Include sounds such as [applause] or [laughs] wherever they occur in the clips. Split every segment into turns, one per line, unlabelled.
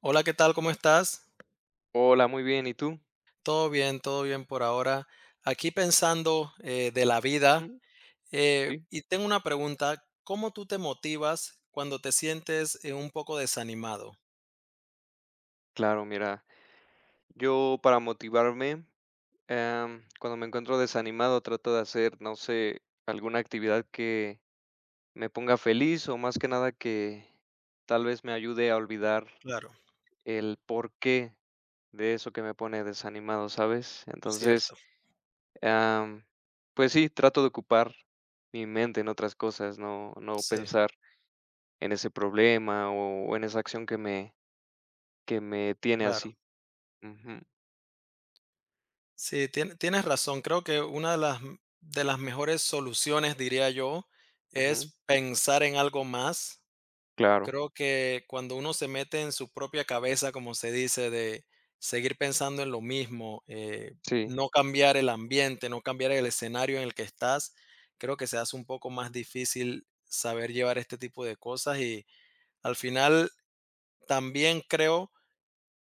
Hola, ¿qué tal? ¿Cómo estás?
Hola, muy bien, ¿y tú?
Todo bien por ahora. Aquí pensando de la vida,
Mm, sí,
y tengo una pregunta: ¿cómo tú te motivas cuando te sientes un poco desanimado?
claro, mira, yo para motivarme, cuando me encuentro desanimado, trato de hacer, no sé, alguna actividad que me ponga feliz o más que nada que tal vez me ayude a olvidar
Claro,
el porqué de eso que me pone desanimado, ¿sabes? Entonces,
cierto,
am, pues sí, trato de ocupar mi mente en otras cosas, no
sí,
pensar en ese problema o en esa acción que me tiene
claro.
así. Ujú.
Sí, tienes razón. Creo que una de las mejores soluciones, diría yo,
Ujú,
es pensar en algo más.
claro,
Creo que cuando uno se mete en su propia cabeza, como se dice, de seguir pensando en lo mismo,
sí,
no cambiar el ambiente, no cambiar el escenario en el que estás, creo que se hace un poco más difícil saber llevar este tipo de cosas y, al final, también creo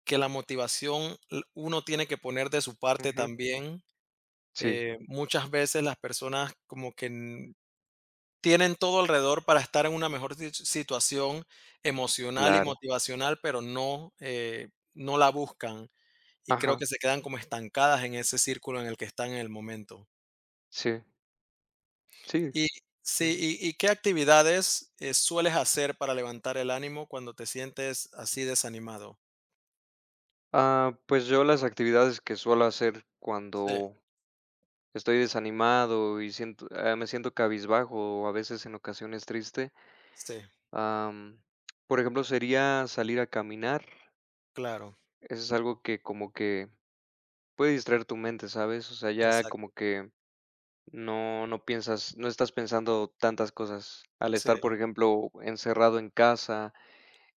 que la motivación, uno tiene que poner de su parte
ujú,
también.
sí,
Muchas veces las personas, como que tienen todo alrededor para estar en una mejor si situación emocional y
claro,
motivacional, pero no, no la buscan, y creo
ajá,
que se quedan como estancadas en ese círculo en el que están en el momento.
sí, sí,
Y
ujú.
sí, ¿y qué actividades, sueles hacer para levantar el ánimo cuando te sientes así desanimado?
Ah, pues yo las actividades que suelo hacer
Sí,
cuando estoy desanimado y me siento cabizbajo o a veces en ocasiones triste,
sí,
am, por ejemplo, sería salir a caminar.
claro,
Eso es algo que como que puede distraer tu mente, ¿sabes? O sea, ya como
exacto.
que no piensas, no estás pensando tantas cosas. Al
Sí,
estar, por ejemplo, encerrado en casa.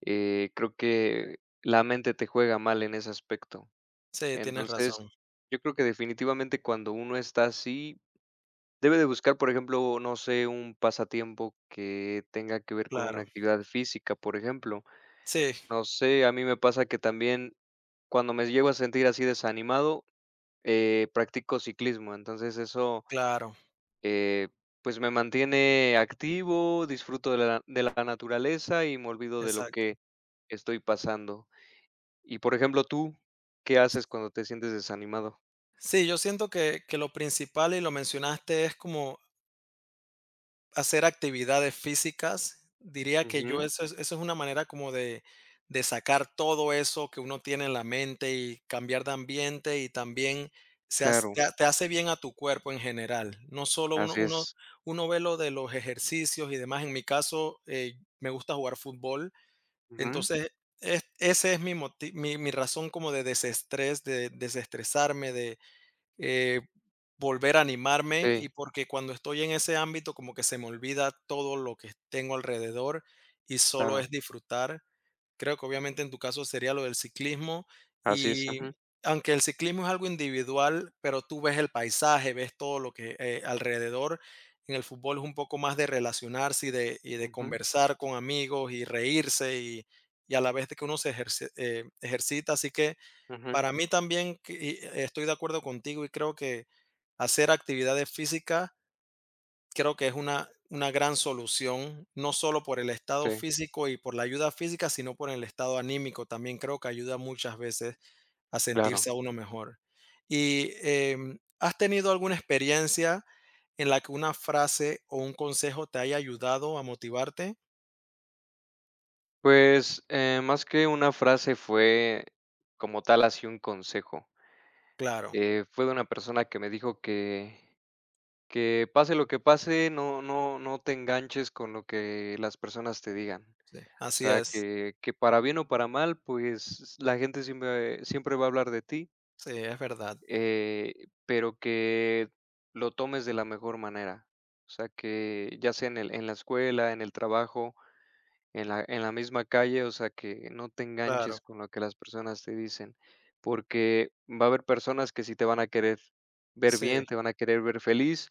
Creo que la mente te juega mal en ese aspecto.
sí, tienes
Entonces,
razón,
yo creo que definitivamente cuando uno está así, debe de buscar, por ejemplo, no sé, un pasatiempo que tenga que ver con una
claro.
actividad física, por ejemplo.
Sí,
No sé, a mí me pasa que también cuando me llego a sentir así desanimado, practico ciclismo. Entonces eso,
claro,
eh, pues me mantiene activo, disfruto de la naturaleza y me olvido de lo
exacto.
que estoy pasando. Y, por ejemplo, ¿tú qué haces cuando te sientes desanimado?
Sí, yo siento que lo principal, y lo mencionaste, es como hacer actividades físicas. Diría que yo,
Ujú,
eso es una manera como de sacar todo eso que uno tiene en la mente y cambiar de ambiente, y también se has
claro,
te ha- te hace bien a tu cuerpo en general. No solo uno
así
uno
es.
uno ve lo de los ejercicios y demás. En mi caso, me gusta jugar fútbol,
Ujú,
entonces es ese es mi moti mi mi razón como de desestrés, de desestresarme, de eh, volver a animarme, y
sí,
porque cuando estoy en ese ámbito, como que se me olvida todo lo que tengo alrededor y solo
claro,
es disfrutar. Creo que obviamente en tu caso sería lo del ciclismo,
así es. Ujú,
y aunque el ciclismo es algo individual, pero tú ves el paisaje, ves todo lo que, alrededor. En el fútbol es un poco más de relacionarse y de,
ujú,
conversar con amigos y reírse y a la vez de que uno se ejercita. Así que
ujú,
para mí también, que y estoy de acuerdo contigo, y creo que hacer actividades físicas, creo que es una gran solución, no solo por el estado
sí,
físico y por la ayuda física, sino por el estado anímico. También creo que ayuda muchas veces a sentirse
claro.
a uno mejor. Y, ¿has tenido alguna experiencia en la que una frase o un consejo te haya ayudado a motivarte?
Pues, más que una frase fue como tal así un consejo.
Claro,
Fue de una persona que me dijo que pase lo que pase, no te enganches con lo que las personas te digan.
sí,
O
así
sea,
es.
que para bien o para mal, pues, la gente siempre siempre va a hablar de ti.
Sí, es verdad.
Pero que lo tomes de la mejor manera. O sea, que ya sea en el, en la escuela, en el trabajo, en la misma calle, o sea, que no te enganches
Claro,
con lo que las personas te dicen, porque va a haber personas que sí te van a querer ver
sí,
bien, te van a querer ver feliz,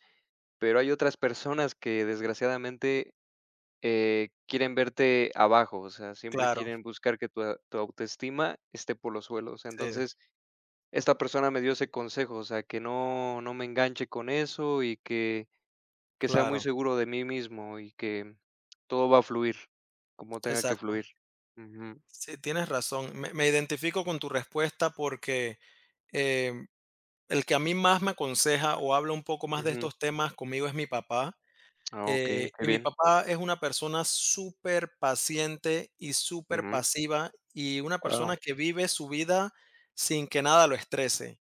pero hay otras personas que desgraciadamente quieren verte abajo, o sea, siempre
claro,
quieren buscar que tu, tu autoestima esté por los suelos.
sí,
Entonces, esta persona me dio ese consejo, o sea, que no me enganche con eso y que sea muy
claro,
seguro de mí mismo y que todo va a fluir como tenga que
exacto.
fluir. Ujú,
Sí, tienes razón. Me identifico con tu respuesta porque, em, el que a mí más me aconseja o habla un poco más de
ujú.
estos temas conmigo es mi papá.
Ah, ok,
Eh,
qué
y mi
bien.
papá es una persona súper paciente y súper
Ujú.
pasiva, y una
Wow,
persona que vive su vida sin que nada lo estrese.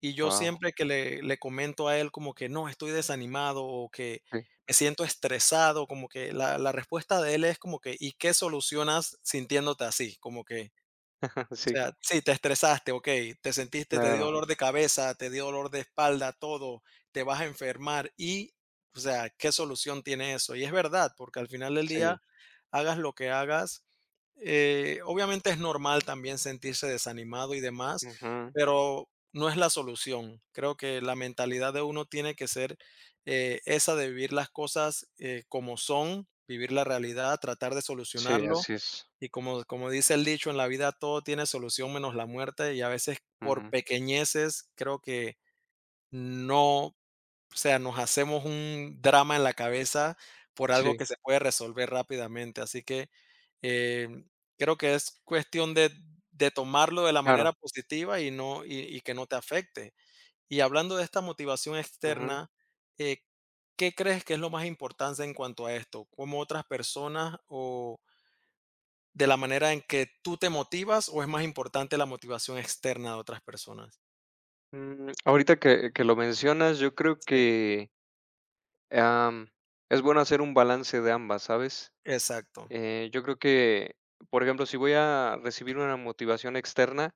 Y yo
guau.
siempre que le comento a él como que no, estoy desanimado o que
Sí.
me siento estresado, como que la respuesta de él es como que, ¿y qué solucionas sintiéndote así? Como que,
[laughs]
o
Sí,
sea, sí, te estresaste, okey, te sentiste, te dio
claro.
dolor de cabeza, te dio dolor de espalda, todo, te vas a enfermar y, o sea, ¿qué solución tiene eso? Y es verdad, porque al final del
Sí.
día, hagas lo que hagas, obviamente es normal también sentirse desanimado y demás,
Ujú.
pero no es la solución. Creo que la mentalidad de uno tiene que ser, esa de vivir las cosas, como son, vivir la realidad, tratar de
Sí,
solucionarlo,
así es.
y, como dice el dicho, en la vida todo tiene solución menos la muerte, y a veces por
Ujú.
pequeñeces creo que no, o sea, nos hacemos un drama en la cabeza por algo
Sí,
que se puede resolver rápidamente. Así que, eh, creo que es cuestión de, tomarlo de la
claro.
manera positiva y, no, y que no te afecte. Y hablando de esta motivación
Ujú.
externa, eh, ¿qué crees que es lo más importante en cuanto a esto? ¿Cómo otras personas, o de la manera en que tú te motivas, o es más importante la motivación externa de otras personas?
Mm, ahorita que lo mencionas, yo creo
Sí,
que, am, es bueno hacer un balance de ambas, ¿sabes?
exacto,
Yo creo que, por ejemplo, si voy a recibir una motivación externa,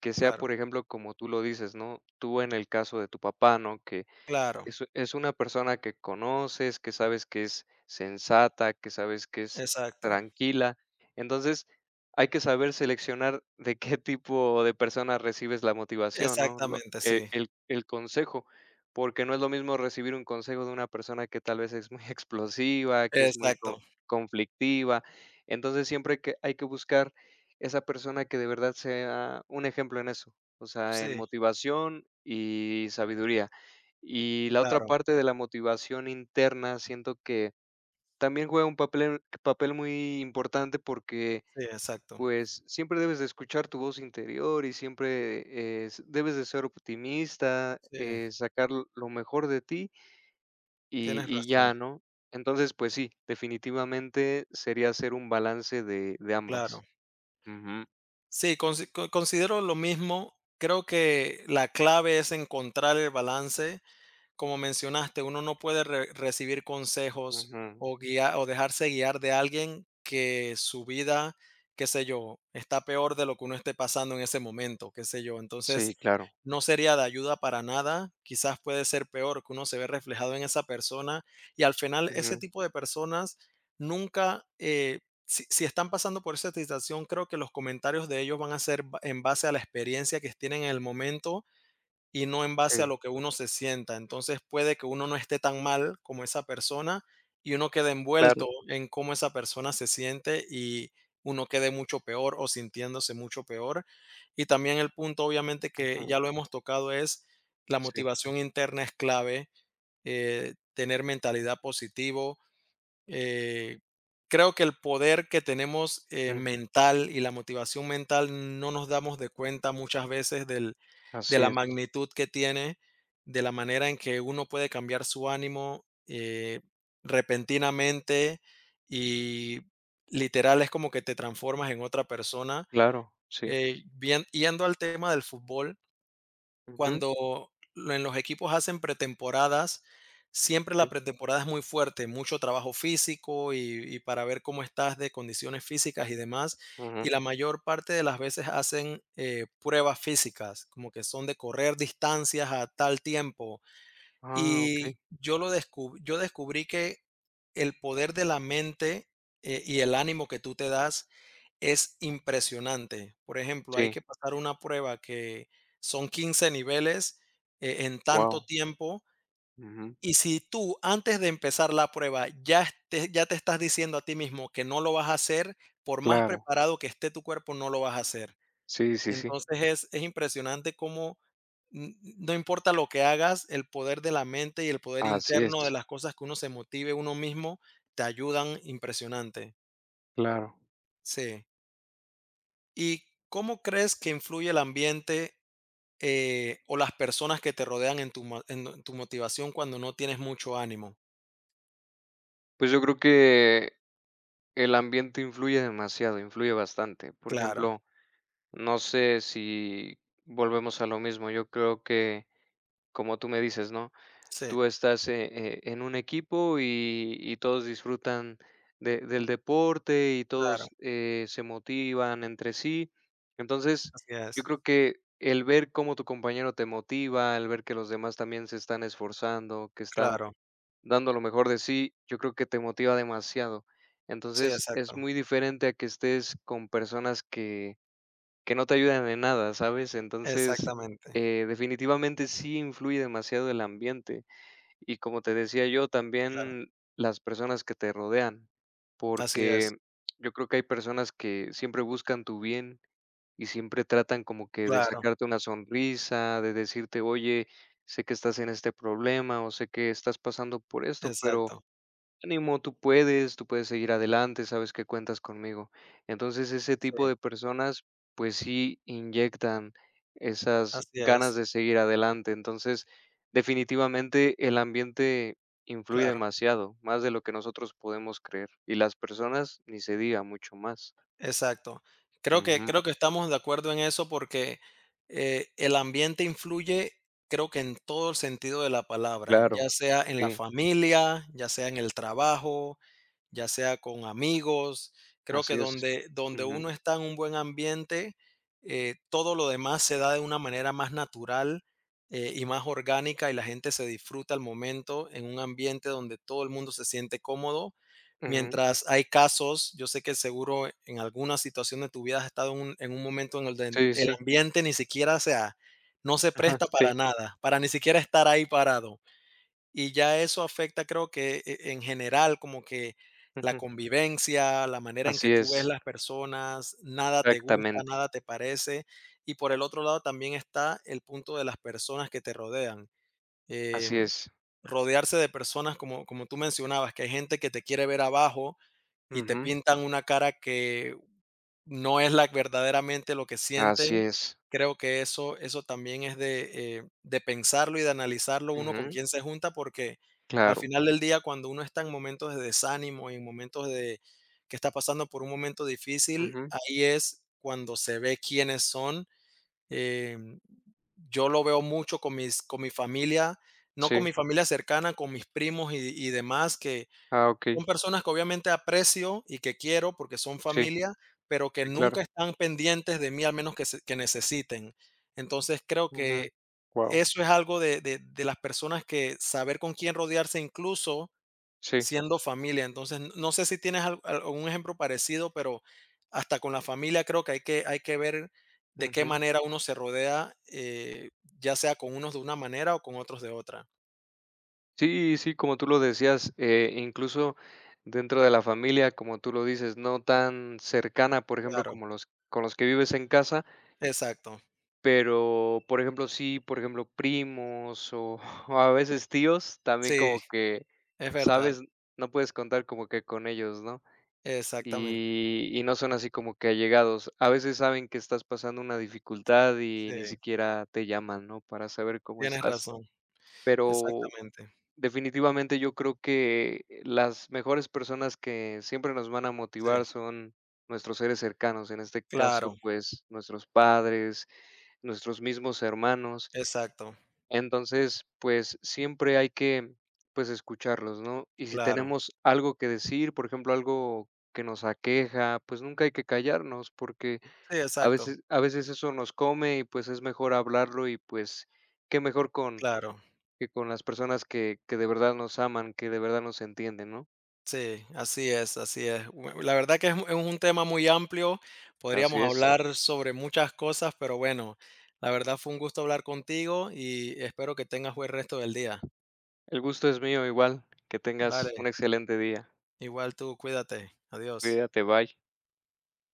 que sea,
claro,
por ejemplo, como tú lo dices, ¿no? Tú en el caso de tu papá, ¿no?
claro,
Es una persona que conoces, que sabes que es sensata, que sabes que es
exacto,
tranquila. Entonces, hay que saber seleccionar de qué [laughs] tipo de persona recibes la motivación, ¿no? Lo
exactamente,
e
sí,
el consejo, porque no es lo mismo recibir un consejo de una persona que tal vez es muy [laughs] explosiva, que es muy co
exacto,
conflictiva. Entonces, siempre que hay que buscar esa persona que de verdad sea un ejemplo en eso, o sea, en
sí,
motivación y sabiduría. Y la otra
claro,
parte de la motivación interna, siento que también juega un papel muy importante porque,
sí, exacto,
pues, siempre debes de escuchar tu voz interior y siempre, s debes de ser optimista,
sí,
sacar lo mejor de ti y
tienes
y
razón,
ya, ¿no? Entonces, pues sí, definitivamente sería hacer un balance de
claro.
ambas. Ujú,
Sí, considero lo mismo. Creo que la clave es encontrar el balance, como mencionaste. Uno no puede recibir consejos
ujú.
o o dejarse guiar de alguien que su vida, qué sé yo, está peor de lo que uno esté pasando en ese momento, qué sé yo.
Sí,
Entonces,
claro.
no sería de ayuda para nada. Quizás puede ser peor que uno se ve reflejado en esa persona, y al final, ese
Ujú,
tipo de personas nunca, si están pasando por esa situación, creo que los comentarios de ellos van a ser en base a la experiencia que tienen en el momento, y no en base a
sí,
lo que uno se sienta. Entonces puede que uno no esté tan mal como esa persona, y uno quede envuelto
claro.
en cómo esa persona se siente, y uno quede mucho peor, o sintiéndose mucho peor. Y también el punto, obviamente, que
Ujú,
ya lo hemos tocado, es la
sí.
motivación interna es clave, tener mentalidad positiva. eh, Creo que el poder que tenemos,
Ujú,
mental, y la motivación mental, no nos damos de cuenta muchas veces del de
así
la
es.
magnitud que tiene, de la manera en que uno puede cambiar su ánimo, repentinamente, y literal es como que te transformas en otra persona.
Claro, sí.
Bien, yendo al tema del fútbol,
Ujú.
cuando lo en los equipos hacen pretemporadas, siempre la pretemporada es muy fuerte, mucho trabajo físico, y para ver cómo estás de condiciones físicas y demás,
Ujú.
y la mayor parte de las veces hacen, pruebas físicas, como que son de correr distancias a tal tiempo,
Ah,
y
okey.
yo descubrí que el poder de la mente, y el ánimo que tú te das, es impresionante. Por ejemplo, hay
Sí,
que pasar una prueba que son 15 niveles, en tanto
wow.
tiempo,
Ujú.
y si tú antes de empezar la prueba ya te estás diciendo a ti mismo que no lo vas a hacer, por más
Claro.
preparado que esté tu cuerpo, no lo vas a hacer.
Sí, sí, sí.
Entonces, es impresionante cómo, n no importa lo que hagas, el poder de la mente y el poder
Así
interno de
es,
las cosas que uno se motive uno mismo, te ayudan impresionante.
claro.
Sí. ¿Y cómo crees que influye el ambiente, o las personas que te rodean en tu mo en tu motivación cuando no tienes mucho ánimo?
Pues, yo creo que el ambiente influye demasiado, influye bastante. Por
Claro,
ejemplo, no sé si volvemos a lo mismo. Yo creo que, como tú me dices, ¿no?
sí,
Tú estás en un equipo y todos disfrutan del deporte y
claro,
todos se motivan entre sí. Entonces,
así
yo
es.
creo que el ver cómo tu compañero te motiva, el ver que los demás también se están esforzando, que están
Claro,
dando lo mejor de sí, yo creo que te motiva demasiado.
sí,
Entonces, es
exacto.
muy diferente a que estés con personas que no te ayudan en nada, ¿sabes? Entonces,
Exactamente,
definitivamente sí influye demasiado el ambiente. Y como te decía yo,
claro,
también las personas que te rodean,
así es.
porque yo creo que hay personas que siempre buscan tu bien y siempre tratan como que de
Claro,
sacarte una sonrisa, de decirte, oye, sé que estás en este problema o sé que estás pasando por esto, pero
exacto.
ánimo, tú puedes seguir adelante, sabes que cuentas conmigo. Entonces, ese
Sí,
tipo de personas, pues sí inyectan esas
así
ganas
es,
de seguir adelante. Entonces, definitivamente el ambiente influye
claro.
demasiado, más de lo que nosotros podemos creer. Y las personas, ni se diga, mucho más.
Exacto. Creo que
Ujú,
creo que estamos de acuerdo en eso, porque, el ambiente influye, creo que en todo el sentido de la palabra,
claro,
ya sea en la
sí,
familia, ya sea en el trabajo, ya sea con amigos. Creo
así
que
es.
donde
Ujú,
uno está en un buen ambiente, todo lo demás se da de una manera más natural, y más orgánica, y la gente se disfruta el momento en un ambiente donde todo el mundo se siente cómodo,
ujú,
mientras hay casos, yo sé que seguro, en alguna situación de tu vida, has estado en un momento en el
sí,
el
sí,
ambiente ni siquiera sea, no se
[laughs] ajá,
presta para
sí,
nada, para ni siquiera estar ahí parado. Y ya eso afecta, creo que, en general, como que la
ujú,
convivencia, la manera en que
así
tú ves
es,
las personas, nada te gusta,
exactamente,
nada te parece. Y por el otro lado, también está el punto de las personas que te rodean.
así
Em,
es,
Rodearse de personas, como, como tú mencionabas, que hay gente que te quiere ver abajo, y te
ujú,
pintan una cara que no es la verdaderamente lo que
así
sienten,
es.
creo que eso también es de pensarlo y de analizarlo, uno, con
Ujú,
quién se junta, porque al
claro.
final del día, cuando uno está en momentos de desánimo, en momentos de que está pasando por un momento difícil,
Ujú,
ahí es cuando se ve quiénes son. Em, yo lo veo mucho con mis con mi familia, no con
sí.
mi familia cercana, con mis primos y demás, que
Ah,
son
okey.
personas que obviamente aprecio y que quiero porque son
Sí,
familia, pero que
sí, claro.
nunca están pendientes de mí, al menos que, que necesiten. Entonces creo
Ujú.
que
Guau.
eso es algo de las personas, que saber con quién rodearse, incluso
Sí.
siendo familia. Entonces, no sé si tienes algún ejemplo parecido, pero hasta con la familia creo que hay que ver de qué
Ujú.
manera uno se rodea, ya sea con unos de una manera, o con otros de otra.
Sí, sí, como tú lo decías, incluso dentro de la familia, como tú lo dices, no tan cercana, por ejemplo,
Claro,
como los con los que vives en casa,
exacto.
pero, por ejemplo, sí, por ejemplo, primos o [laughs] o a veces tíos, también
Sí,
como que,
es verdad.
¿sabes? No puedes contar como que con ellos, ¿no?
Exactamente.
Y no son así como que allegados. A veces saben que estás pasando una dificultad y
Sí,
ni siquiera te llaman, ¿no? Para saber cómo
tienes
estás.
razón,
Pero
exactamente.
definitivamente yo creo que las mejores personas que siempre nos van a
Sí,
motivar son nuestros seres cercanos, en este caso,
claro,
pues, nuestros padres, nuestros mismos hermanos.
exacto,
Entonces, pues, siempre hay que, pues, escucharlos, ¿no? Y si
claro.
tenemos algo que decir, por ejemplo, algo que nos aqueja, pues, nunca hay que callarnos, porque
Sí,
a
exacto,
veces a veces eso nos come y, pues, es mejor hablarlo y, pues, qué mejor con
claro.
que con las personas que de verdad nos aman, que de verdad nos entienden, ¿no?
Sí, así es, así es. Bue La verdad que es un tema muy amplio,
Así
podríamos
es.
hablar sobre muchas cosas, pero bueno, la verdad, fue un gusto hablar contigo, y espero que tengas buen resto del día.
El gusto es mío igual. Que tengas un
Vale,
excelente día.
igual tú, cuídate. Adiós.
Cuídate, bye.